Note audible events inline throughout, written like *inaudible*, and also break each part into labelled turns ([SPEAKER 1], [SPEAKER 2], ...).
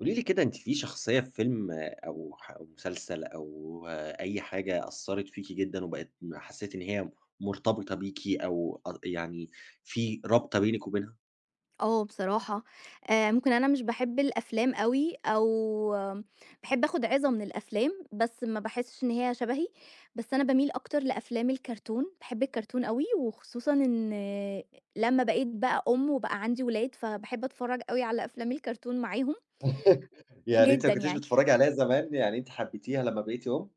[SPEAKER 1] قولي لي كده، أنتِ في شخصية في فيلم أو مسلسل أو أي حاجة أثّرت فيكِ جدًا وبقت حسّيتِ إن هي مرتبطة بيكِ أو أ يعني في رابطة بينِك وبينها؟
[SPEAKER 2] آه بصراحة، ممكن أنا مش باحب الأفلام أوي باحب آخُد عِظة من الأفلام، بس ما باحسّش إن هي شبهي، بس أنا باميل أكتر لأفلام الكرتون، باحب الكرتون أوي وخصوصًا إن آه، لمّا بقيت بقى أُم وبقى عندي ولاد، فباحب أتفرّج أوي على أفلام الكرتون معاهم
[SPEAKER 1] *laughs* يعني أنتِ
[SPEAKER 2] جدًا
[SPEAKER 1] ما كنتيش
[SPEAKER 2] يعني.
[SPEAKER 1] بتتفرّجي عليها زمان، يعني أنتِ حبيتيها لمّا بقيتِ أُم؟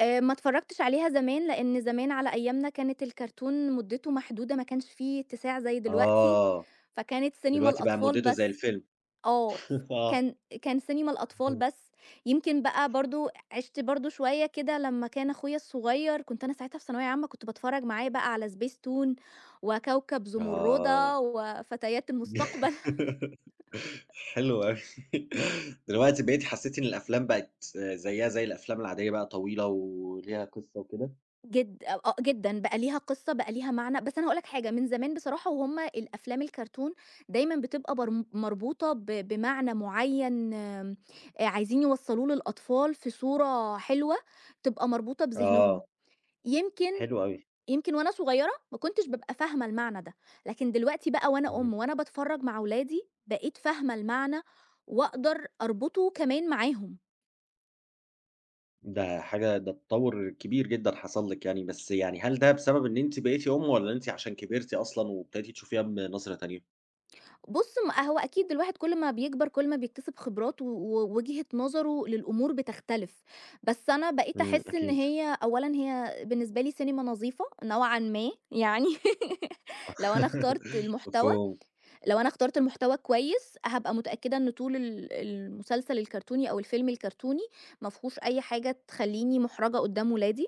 [SPEAKER 2] ما اتفرّجتش عليها زمان، لإن زمان على أيامنا كانت الكرتون مُدّته محدودة، ما كانش في اتساع زي دلوقتي،
[SPEAKER 1] آه،
[SPEAKER 2] فكانت سينما
[SPEAKER 1] دلوقتي بقى
[SPEAKER 2] الأطفال
[SPEAKER 1] مُدته زي
[SPEAKER 2] بس.
[SPEAKER 1] الفيلم.
[SPEAKER 2] آه، ف
[SPEAKER 1] *laughs* آه.
[SPEAKER 2] كان كان سينما الأطفال بس، يمكن بقى برضه عِشت برضه شوية كده لمّا كان أخويا الصغير كنت أنا ساعتها في ثانوية عامة، كنت باتفرّج معاه بقى على سبيستون وكوكب
[SPEAKER 1] آه.
[SPEAKER 2] زمردة وفتيات المستقبل.
[SPEAKER 1] *laughs* حلو أوي. دلوقتي بقيتِ حسّيتِ إن الأفلام بقت زيّها زي الأفلام العادية بقى طويلة وليها قصة وكده؟
[SPEAKER 2] *laughs* جد آه، جدًا بقى ليها قصة، بقى ليها معنى، بس أنا هاقول لك حاجة، من زمان بصراحة وهُم الأفلام الكرتون دايمًا بتبقى مربوطة بمعنى معيّن عايزين يوصّلوه للأطفال في صورة حلوة تبقى مربوطة بذهنهم.
[SPEAKER 1] آه.
[SPEAKER 2] يمكن
[SPEAKER 1] حلو أوي.
[SPEAKER 2] يمكن وأنا صغيرة ما كنتش بابقى فاهمة المعنى ده، لكن دلوقتي بقى وأنا
[SPEAKER 1] إمم.
[SPEAKER 2] أم وأنا باتفرّج مع ولادي، بقيت فاهمة المعنى وأقدر أربطه كمان معاهم.
[SPEAKER 1] ده حاجة، ده تطوّر كبير جدًا حصل لِك يعني، بس يعني هل ده بسبب إن أنتِ بقيتِ أم والّا أنتِ عشان كبرتِ أصلًا وابتديتِ تشوفيها بنظرة تانية؟
[SPEAKER 2] بُص، م هو أكيد الواحد كل ما بيكبر كل ما بيكتسب خبرات ووجهة نظره للأمور بتختلف، بس أنا بقيت
[SPEAKER 1] إمم،
[SPEAKER 2] أحس إن
[SPEAKER 1] أكيد.
[SPEAKER 2] هي أولًا هي بالنسبة لي سينما نظيفة نوعًا ما يعني. *laughs* لو أنا اخترت
[SPEAKER 1] *laughs*
[SPEAKER 2] المحتوى
[SPEAKER 1] مفهوم.
[SPEAKER 2] لو أنا اخترت المحتوى كويس، هابقى متأكدة إن طول المسلسل الكرتوني أو الفيلم الكرتوني ما فيهوش أي حاجة تخلّيني مُحرَجة قدّام ولادي،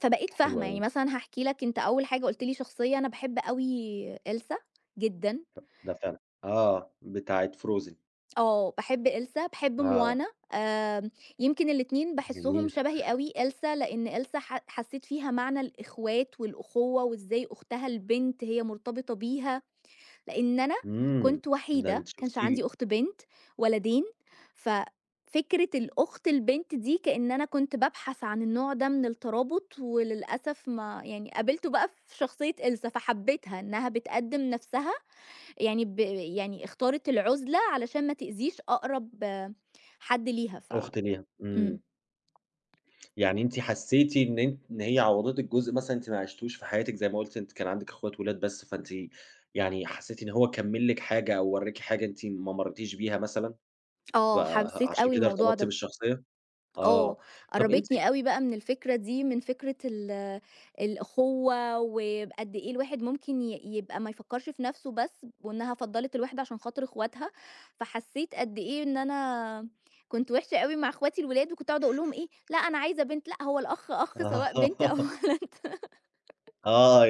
[SPEAKER 2] فبقيت
[SPEAKER 1] حلو
[SPEAKER 2] فاهمة، يعني
[SPEAKER 1] أوي.
[SPEAKER 2] مثلًا هاحكي لك أنت أول حاجة قُلت لي شخصية أنا باحب أوي، إلسا جدًا،
[SPEAKER 1] ده فعلًا آه، بتاعة Frozen.
[SPEAKER 2] آه، باحب إلسا، باحب
[SPEAKER 1] آه.
[SPEAKER 2] موانا، آمم، يمكن الاتنين باحسّهم
[SPEAKER 1] جميل.
[SPEAKER 2] شبهي أوي، إلسا لإن إلسا حسّيت فيها معنى الإخوات والأخوة وإزاي أختها البنت هي مرتبطة بيها. لإن أنا
[SPEAKER 1] إمم.
[SPEAKER 2] كنت
[SPEAKER 1] ده
[SPEAKER 2] وحيدة، ما
[SPEAKER 1] أنتِ شُفتِ
[SPEAKER 2] كانش عندي أخت بنت، ولدين، ففكرة الأخت البنت دي كإن أنا كنت بابحث عن النوع ده من الترابط، وللأسف ما يعني قابلته بقى في شخصية إلسا، فحبيتها إنها بتقدّم نفسها يعني ب يعني اختارت العُزلة علشان ما تأذيش أقرب آه، حد ليها
[SPEAKER 1] أخت ليها،
[SPEAKER 2] إمم،
[SPEAKER 1] إمم. يعني أنتِ حسّيتِ إن هي عوّضتِك جزء مثلًا أنتِ ما عِشتوش في حياتِك، زي ما قُلتِ أنتِ كان عندِك أخوات ولاد بس، فأنتِ يعني حسّيتِ إن هو كمّل لِك حاجة أو ورّاكِ حاجة أنتِ ما مرّيتيش بيها مثلًا،
[SPEAKER 2] آه، حبسيت
[SPEAKER 1] فعشان
[SPEAKER 2] أوي
[SPEAKER 1] كده
[SPEAKER 2] الموضوع
[SPEAKER 1] ارتبطتِ
[SPEAKER 2] ده.
[SPEAKER 1] بالشخصية؟
[SPEAKER 2] آه،
[SPEAKER 1] آه. طَب أنتِ
[SPEAKER 2] قرّبتني أوي بقى من الفكرة دي، من فكرة الأخوة، وقد إيه الواحد ممكن يبقى ما يفكّرش في نَفْسه بس، وإنها فضّلِت الواحد عشان خاطر إخواتها، فحسّيت قد إيه إن أنا كنت وِحشة أوي مع إخواتي الولاد، وكنت أقعد أقول لهم إيه، لأ أنا عايزة بنت، لأ هو الأخ أخ
[SPEAKER 1] آه.
[SPEAKER 2] سواء بنت أو
[SPEAKER 1] *laughs*
[SPEAKER 2] *laughs* ولد.
[SPEAKER 1] آه.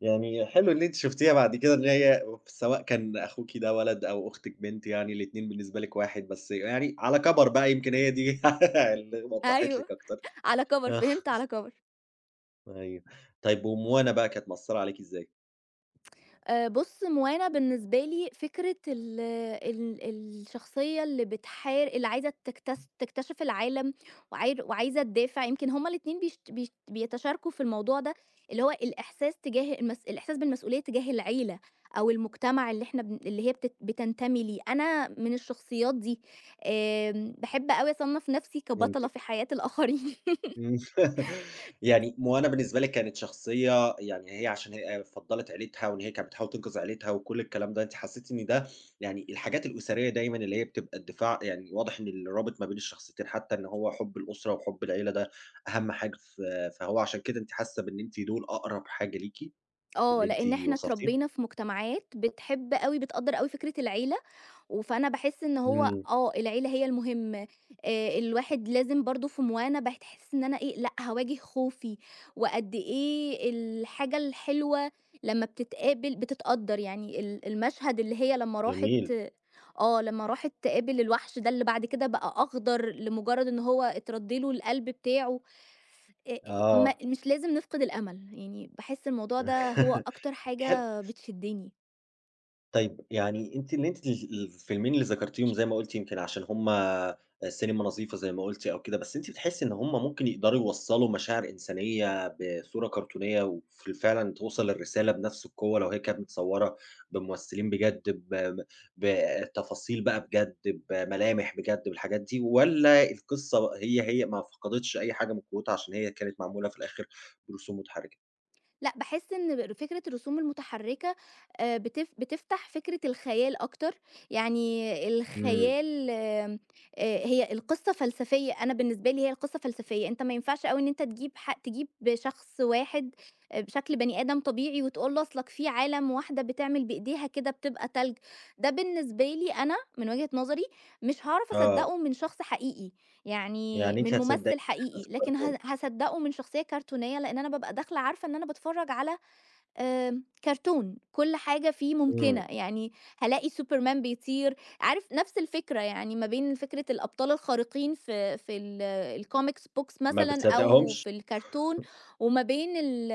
[SPEAKER 1] يعني حلو إن أنتِ شُفتيها بعد كده، إن هي سواء كان أخوكِ ده ولد أو أختِك بنت يعني الاتنين بالنسبة لِك واحد، بس يعني على كَبَر بقى يمكن هي دي *laughs* اللي وضّحت
[SPEAKER 2] أيوه،
[SPEAKER 1] لِك أكتر.
[SPEAKER 2] على كَبَر، فهمت على كَبَر.
[SPEAKER 1] أيوه. طيب، وموانا بقى كانت مأثّرة عليكِ إزاي؟
[SPEAKER 2] بُص، موانا بالنسبة لي فكرة ال ال الشخصية اللي اللي عايزة تكتشف العالم وعايزة تدافع، يمكن هُم الاتنين بيش بيش بيتشاركوا في الموضوع ده، اللي هو الإحساس بالمسؤولية تجاه العيلة أو المجتمع اللي إحنا بن اللي هي بتنتمي ليه. أنا من الشخصيات دي، باحب أوي أصنّف نفسي كبطلة في
[SPEAKER 1] فهمتِك.
[SPEAKER 2] حياة الآخرين. *laughs*
[SPEAKER 1] إمم. *laughs* يعني موانا بالنسبة لِك كانت شخصية، يعني هي عشان هي فضّلت عيلتها وإن هي كانت بتحاول تنقذ عيلتها وكل الكلام ده، أنتِ حسّيتِ إن ده يعني الحاجات الأسرية دايمًا اللي هي بتبقى الدفاع، يعني واضح إن اللي رابط ما بين الشخصيتين حتّى إن هو حُب الأسرة وحُب العيلة ده أهَم حاجة، فهو عشان كده أنتِ حاسّة بإن أنتِ دول أقرب حاجة ليكِ
[SPEAKER 2] آه،
[SPEAKER 1] باللي أنتِ
[SPEAKER 2] لإن إحنا
[SPEAKER 1] وصفتيه؟
[SPEAKER 2] اتربينا في مجتمعات بتحب أوي بتقدّر أوي فكرة العيلة. فأنا باحس إن هو
[SPEAKER 1] إمم.
[SPEAKER 2] آه، العيلة هي المهم، الواحد لازم برضه في موانا باحس إن أنا إيه، لأ هاواجه خوفي، وقد إيه الحاجة الحلوة لمّا بتتقابل بتتقدّر، يعني المشهد اللي هي لمّا راحت
[SPEAKER 1] جميل.
[SPEAKER 2] آه، لمّا راحت تقابل الوحش ده اللي بعد كده بقى أخضر لمجرد إن هو اترد له القلب بتاعه، آآ ما
[SPEAKER 1] آه.
[SPEAKER 2] مش لازم نفقد الأمل، يعني باحس الموضوع ده هو أكتر
[SPEAKER 1] *laughs* حل
[SPEAKER 2] حاجة بتشدّني.
[SPEAKER 1] طيب، يعني أنتِ اللي أنتِ ال الفيلمين اللي ذكرتيهم زي ما قُلتِ يمكن عشان هُم سينما نظيفة زي ما قُلتِ أو كده، بس أنتِ بتحسّي إن هُم ممكن يقدروا يوصّلوا مشاعر إنسانية بصورة كرتونية وف فعلًا توصل الرسالة بنفس القوة لو هي كانت متصوّرة بممثلين بجد، ب بتفاصيل بقى بجد، بملامح بجد، بالحاجات دي، والّا القصة هي ما فقدتش أي حاجة من قوتها عشان هي كانت معمولة في الآخر برسوم متحركة؟
[SPEAKER 2] لأ، باحس إن فكرة الرسوم المتحركة بتفتح فكرة الخيال أكتر، يعني
[SPEAKER 1] إمم.
[SPEAKER 2] الخيال هي القصة فلسفية، أنا بالنسبة لي هي القصة فلسفية، أنت ما ينفعش أوي إن أنت تجيب شخص واحد، بشكل بني آدم طبيعي وتقول له أصلك في عالم واحدة بتعمل بإيديها كده بتبقى تلج، ده بالنسبة لي أنا من وجهة نظري مش هاعرف
[SPEAKER 1] آه.
[SPEAKER 2] أصدقه من شخص حقيقي. يعني
[SPEAKER 1] يعني أنتِ
[SPEAKER 2] من
[SPEAKER 1] هتصدّقي
[SPEAKER 2] ممثل
[SPEAKER 1] إحساس
[SPEAKER 2] حقيقي، لكن
[SPEAKER 1] الكرتون.
[SPEAKER 2] هاصدّقه من شخصية كرتونية، لإن أنا بابقى داخلة عارفة إن أنا باتفرّج على كرتون، كل حاجة فيه
[SPEAKER 1] إمم.
[SPEAKER 2] ممكنة، يعني هالاقي سوبرمان بيطير، عارف نفس الفكرة يعني ما بين فكرة الأبطال الخارقين في في ال الcomics books
[SPEAKER 1] ما
[SPEAKER 2] مثلًا أو
[SPEAKER 1] بتصدّقهمش.
[SPEAKER 2] في الكرتون، وما بين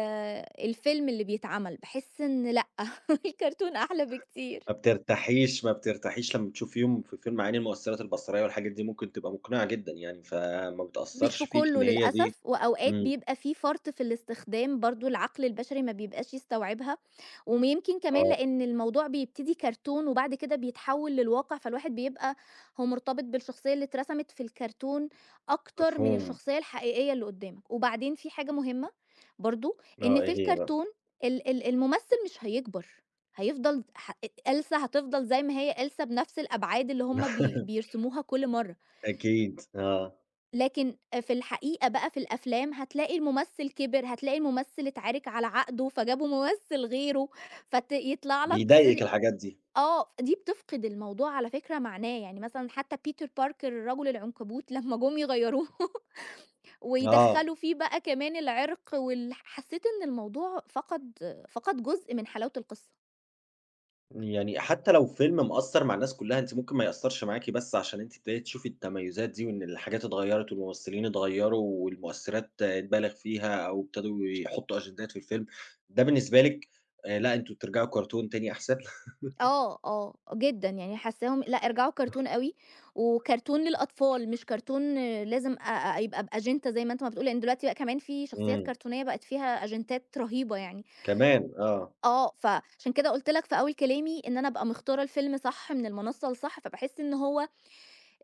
[SPEAKER 2] الفيلم اللي بيتعمل، باحس إن لأ، *laughs* الكرتون أحلى بكتير.
[SPEAKER 1] ما بترتاحيش لمّا بتشوفيهم في فيلم عيني المؤثّرات البصرية والحاجات دي ممكن تبقى مقنعة جدًا يعني، فما
[SPEAKER 2] مش في
[SPEAKER 1] بتأثّرش فيكِ إن
[SPEAKER 2] كلّه
[SPEAKER 1] هي دي
[SPEAKER 2] للأسف، وأوقات
[SPEAKER 1] إمم،
[SPEAKER 2] بيبقى في فَرْط في الاستخدام برضه العقل البشري ما بيبقاش يستوعبها، ويمكن كمان
[SPEAKER 1] آه،
[SPEAKER 2] لإن الموضوع بيبتدي كرتون وبعد كده بيتحوّل للواقع، فالواحد بيبقى هو مرتبط بالشخصية اللي اترسمت في الكرتون أكتر من
[SPEAKER 1] مفهوم،
[SPEAKER 2] الشخصية الحقيقية اللي قُدّامك. وبعدين في حاجة مهمة برضه،
[SPEAKER 1] آه،
[SPEAKER 2] إن في
[SPEAKER 1] إيه هي بقى؟
[SPEAKER 2] الكرتون ال ال الممثل مش هيكبر، هيفضل ح أ ألسا هتفضل زي ما هي ألسا بنفس الأبعاد اللي هم
[SPEAKER 1] *laughs*
[SPEAKER 2] بيرسموها كل مرّة.
[SPEAKER 1] أكيد، آه.
[SPEAKER 2] لكن في الحقيقة بقى في الأفلام هتلاقي الممثل كِبِر، هتلاقي الممثل اتعارك على عقده، فجابوا ممثل غيره، يطلع لك
[SPEAKER 1] بيضايقِك الحاجات دي؟
[SPEAKER 2] آه، دي بتفقد الموضوع على فكرة معناه، يعني مثلًا حتى Peter Parker الرجل العنكبوت *laughs* لمّا جُم يغيّروه *laughs*
[SPEAKER 1] آه.
[SPEAKER 2] ويدخّلوا فيه بقى كمان العِرق والح حسّيت إن الموضوع فقد جزء من حلاوة القصة.
[SPEAKER 1] يعني حتى لو فيلم مأثّر مع الناس كلّها، أنتِ ممكن ما يأثّرش معاكِ بس عشان أنتِ ابتديتِ تشوفي التميُّزات دي وإن الحاجات اتغيّرت والممثلين اتغيّروا والمؤثّرات اتبالغ فيها أو ابتدوا يحطّوا أجندات في الفيلم، ده بالنسبة لِك لأ أنتم ترجعوا كرتون تاني أحسن؟ *laughs*
[SPEAKER 2] آه، آه، جدًا، يعني حاسّاهم لأ ارجعوا كرتون أوي، وكرتون للأطفال مش كرتون آه، لازم أ أ يبقى بأجندة زي ما أنت ما بتقول، لإن دلوقتي بقى كمان في شخصيات
[SPEAKER 1] إمم.
[SPEAKER 2] كرتونية بقت فيها أجندات رهيبة يعني.
[SPEAKER 1] كمان! آه.
[SPEAKER 2] آه، فعشان كده قُلت لك في أول كلامي إن أنا أبقى مختارة الفيلم صح من المنصة الصح، فباحس إن هو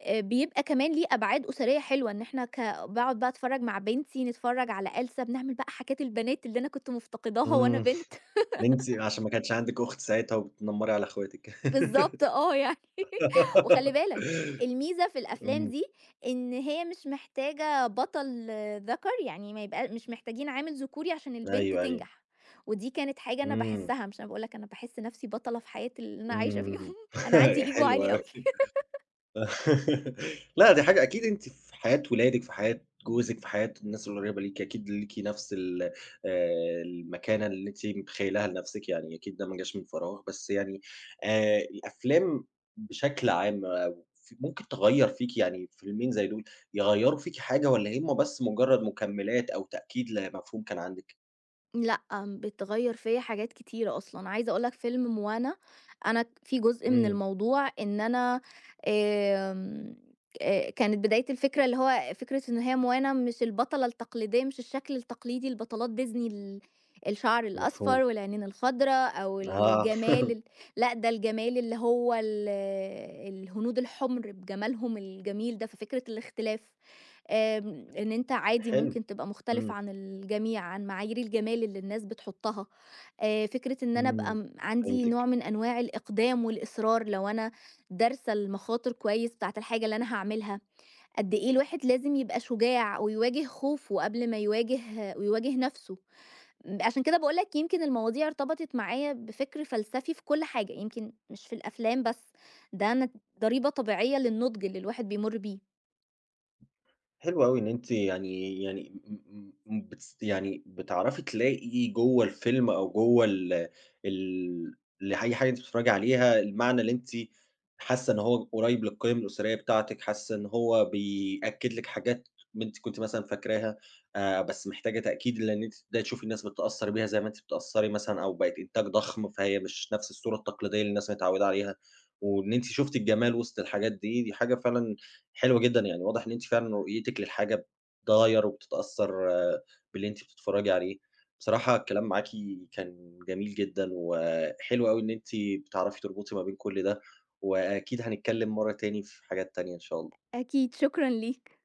[SPEAKER 2] بيبقى كمان ليه أبعاد أسرية حلوة، إن إحنا ك باقعد بقى أتفرّج مع بنتي، نتفرّج على ألسا، بنعمل بقى حاجات البنات اللي أنا كنت مفتقداها وأنا
[SPEAKER 1] إمم.
[SPEAKER 2] بنت.
[SPEAKER 1] اللي أنتِ عشان ما كانش عندِك أخت ساعتها وبتنمّري على أخواتِك.
[SPEAKER 2] بالضبط آه، يعني *laughs* وخلّي بالك
[SPEAKER 1] *laughs*
[SPEAKER 2] الميزة في الأفلام
[SPEAKER 1] إمم.
[SPEAKER 2] دي إن هي مش محتاجة بطل آه، ذَكَر، يعني ما يبقى مش محتاجين عامل ذكوري عشان البنت
[SPEAKER 1] أيوه، أيوه.
[SPEAKER 2] تنجح، ودي كانت حاجة أنا
[SPEAKER 1] إمم.
[SPEAKER 2] باحسّها، مش أنا باقول لك أنا باحس نَفْسي بطلة في حياة اللي أنا عايشة فيهم،
[SPEAKER 1] إمم.
[SPEAKER 2] *laughs* أنا
[SPEAKER 1] *laughs*
[SPEAKER 2] عندي ego
[SPEAKER 1] حلو
[SPEAKER 2] عالي
[SPEAKER 1] أوي.
[SPEAKER 2] أوي.
[SPEAKER 1] *laughs* لأ، دي حاجة أكيد أنتِ في حياة ولادِك، في حياة جوزِك، في حياة الناس القريبة ليكِ، أكيد ليكِ نفس ال المكانة اللي أنتِ متخيلاها لنفسِك، يعني أكيد ده ما جاش من فراغ، بس يعني الأفلام بشكل عام أو ممكن تغيّر فيكِ، يعني فيلمين زي دول يغيّروا فيكِ حاجة والّا هُم بس مجرد مكملات أو تأكيد لمفهوم كان عندِك؟
[SPEAKER 2] لأ، بتغيّر فيّا حاجات كتيرة أصلًا، عايزة أقول لك فيلم موانا أنا في جزء من
[SPEAKER 1] إمم.
[SPEAKER 2] الموضوع إن أنا، آمم، كانت بداية الفكرة اللي هو فكرة إن هي موانا مش البطلة التقليدية، مش الشكل التقليدي لبطلات ديزني الشعر
[SPEAKER 1] مفهوم.
[SPEAKER 2] الأصفر والعينين الخضرا أو
[SPEAKER 1] آه. *laughs*
[SPEAKER 2] الجمال لأ، ده الجمال اللي هو الهنود الحُمر بجمالهم الجميل ده، ففكرة الاختلاف. إن أنت عادي
[SPEAKER 1] حلو.
[SPEAKER 2] ممكن تبقى مختلف
[SPEAKER 1] إمم.
[SPEAKER 2] عن الجميع، عن معايير الجمال اللي الناس بتحطها، فكرة إن أنا أبقى
[SPEAKER 1] إمم.
[SPEAKER 2] عندي نوع
[SPEAKER 1] فهمتِك.
[SPEAKER 2] من أنواع الإقدام والإصرار لو أنا دارسة المخاطر كويس بتاعة الحاجة اللي أنا هاعملها، قد إيه الواحد لازم يبقى شجاع ويواجه خوفه قبل ما ويواجه نَفْسه، عشان كده باقول لك يمكن المواضيع ارتبطت معايا بفكر فلسفي في كل حاجة، يمكن مش في الأفلام بس، ده ن ضريبة طبيعية للنضج اللي الواحد بيمُر بيه.
[SPEAKER 1] حلو أوي إن أنتِ يعني يعني م م م بتس يعني بتعرفي تلاقي جوّه الفيلم أو جوّه ال ال لأي حاجة أنتِ بتتفرّجي عليها المعنى اللي أنتِ حاسة إن هو قريّب للقيم الأسرية بتاعتِك، حاسة إن هو بيأكّد لِك حاجات أنتِ كنتِ مثلًا فاكراها بس محتاجة تأكيد، لإن أنتِ تبدئي تشوفي الناس بتتأثّر بيها زي ما أنتِ بتتأثّري مثلًا أو بقت إنتاج ضخم، فهي مش نفس الصورة التقليدية اللي الناس متعوّدة عليها، وإن أنتِ شُفتِ الجمال وسط الحاجات دي، دي حاجة فعلًا حلو جدًا، يعني واضح إن أنتِ فعلًا رؤيتِك للحاجة بتتغيّر وبتتأثّر آه، باللي أنتِ بتتفرّجي عليه. بصراحة الكلام معاكِ كان جميل جدًا، وحلو أوي إن أنتِ بتعرفي تربطي ما بين كل ده، وأكيد هنتكلّم مرّة تاني في حاجات تانية إن شاء الله.
[SPEAKER 2] أكيد، شكرًا ليك.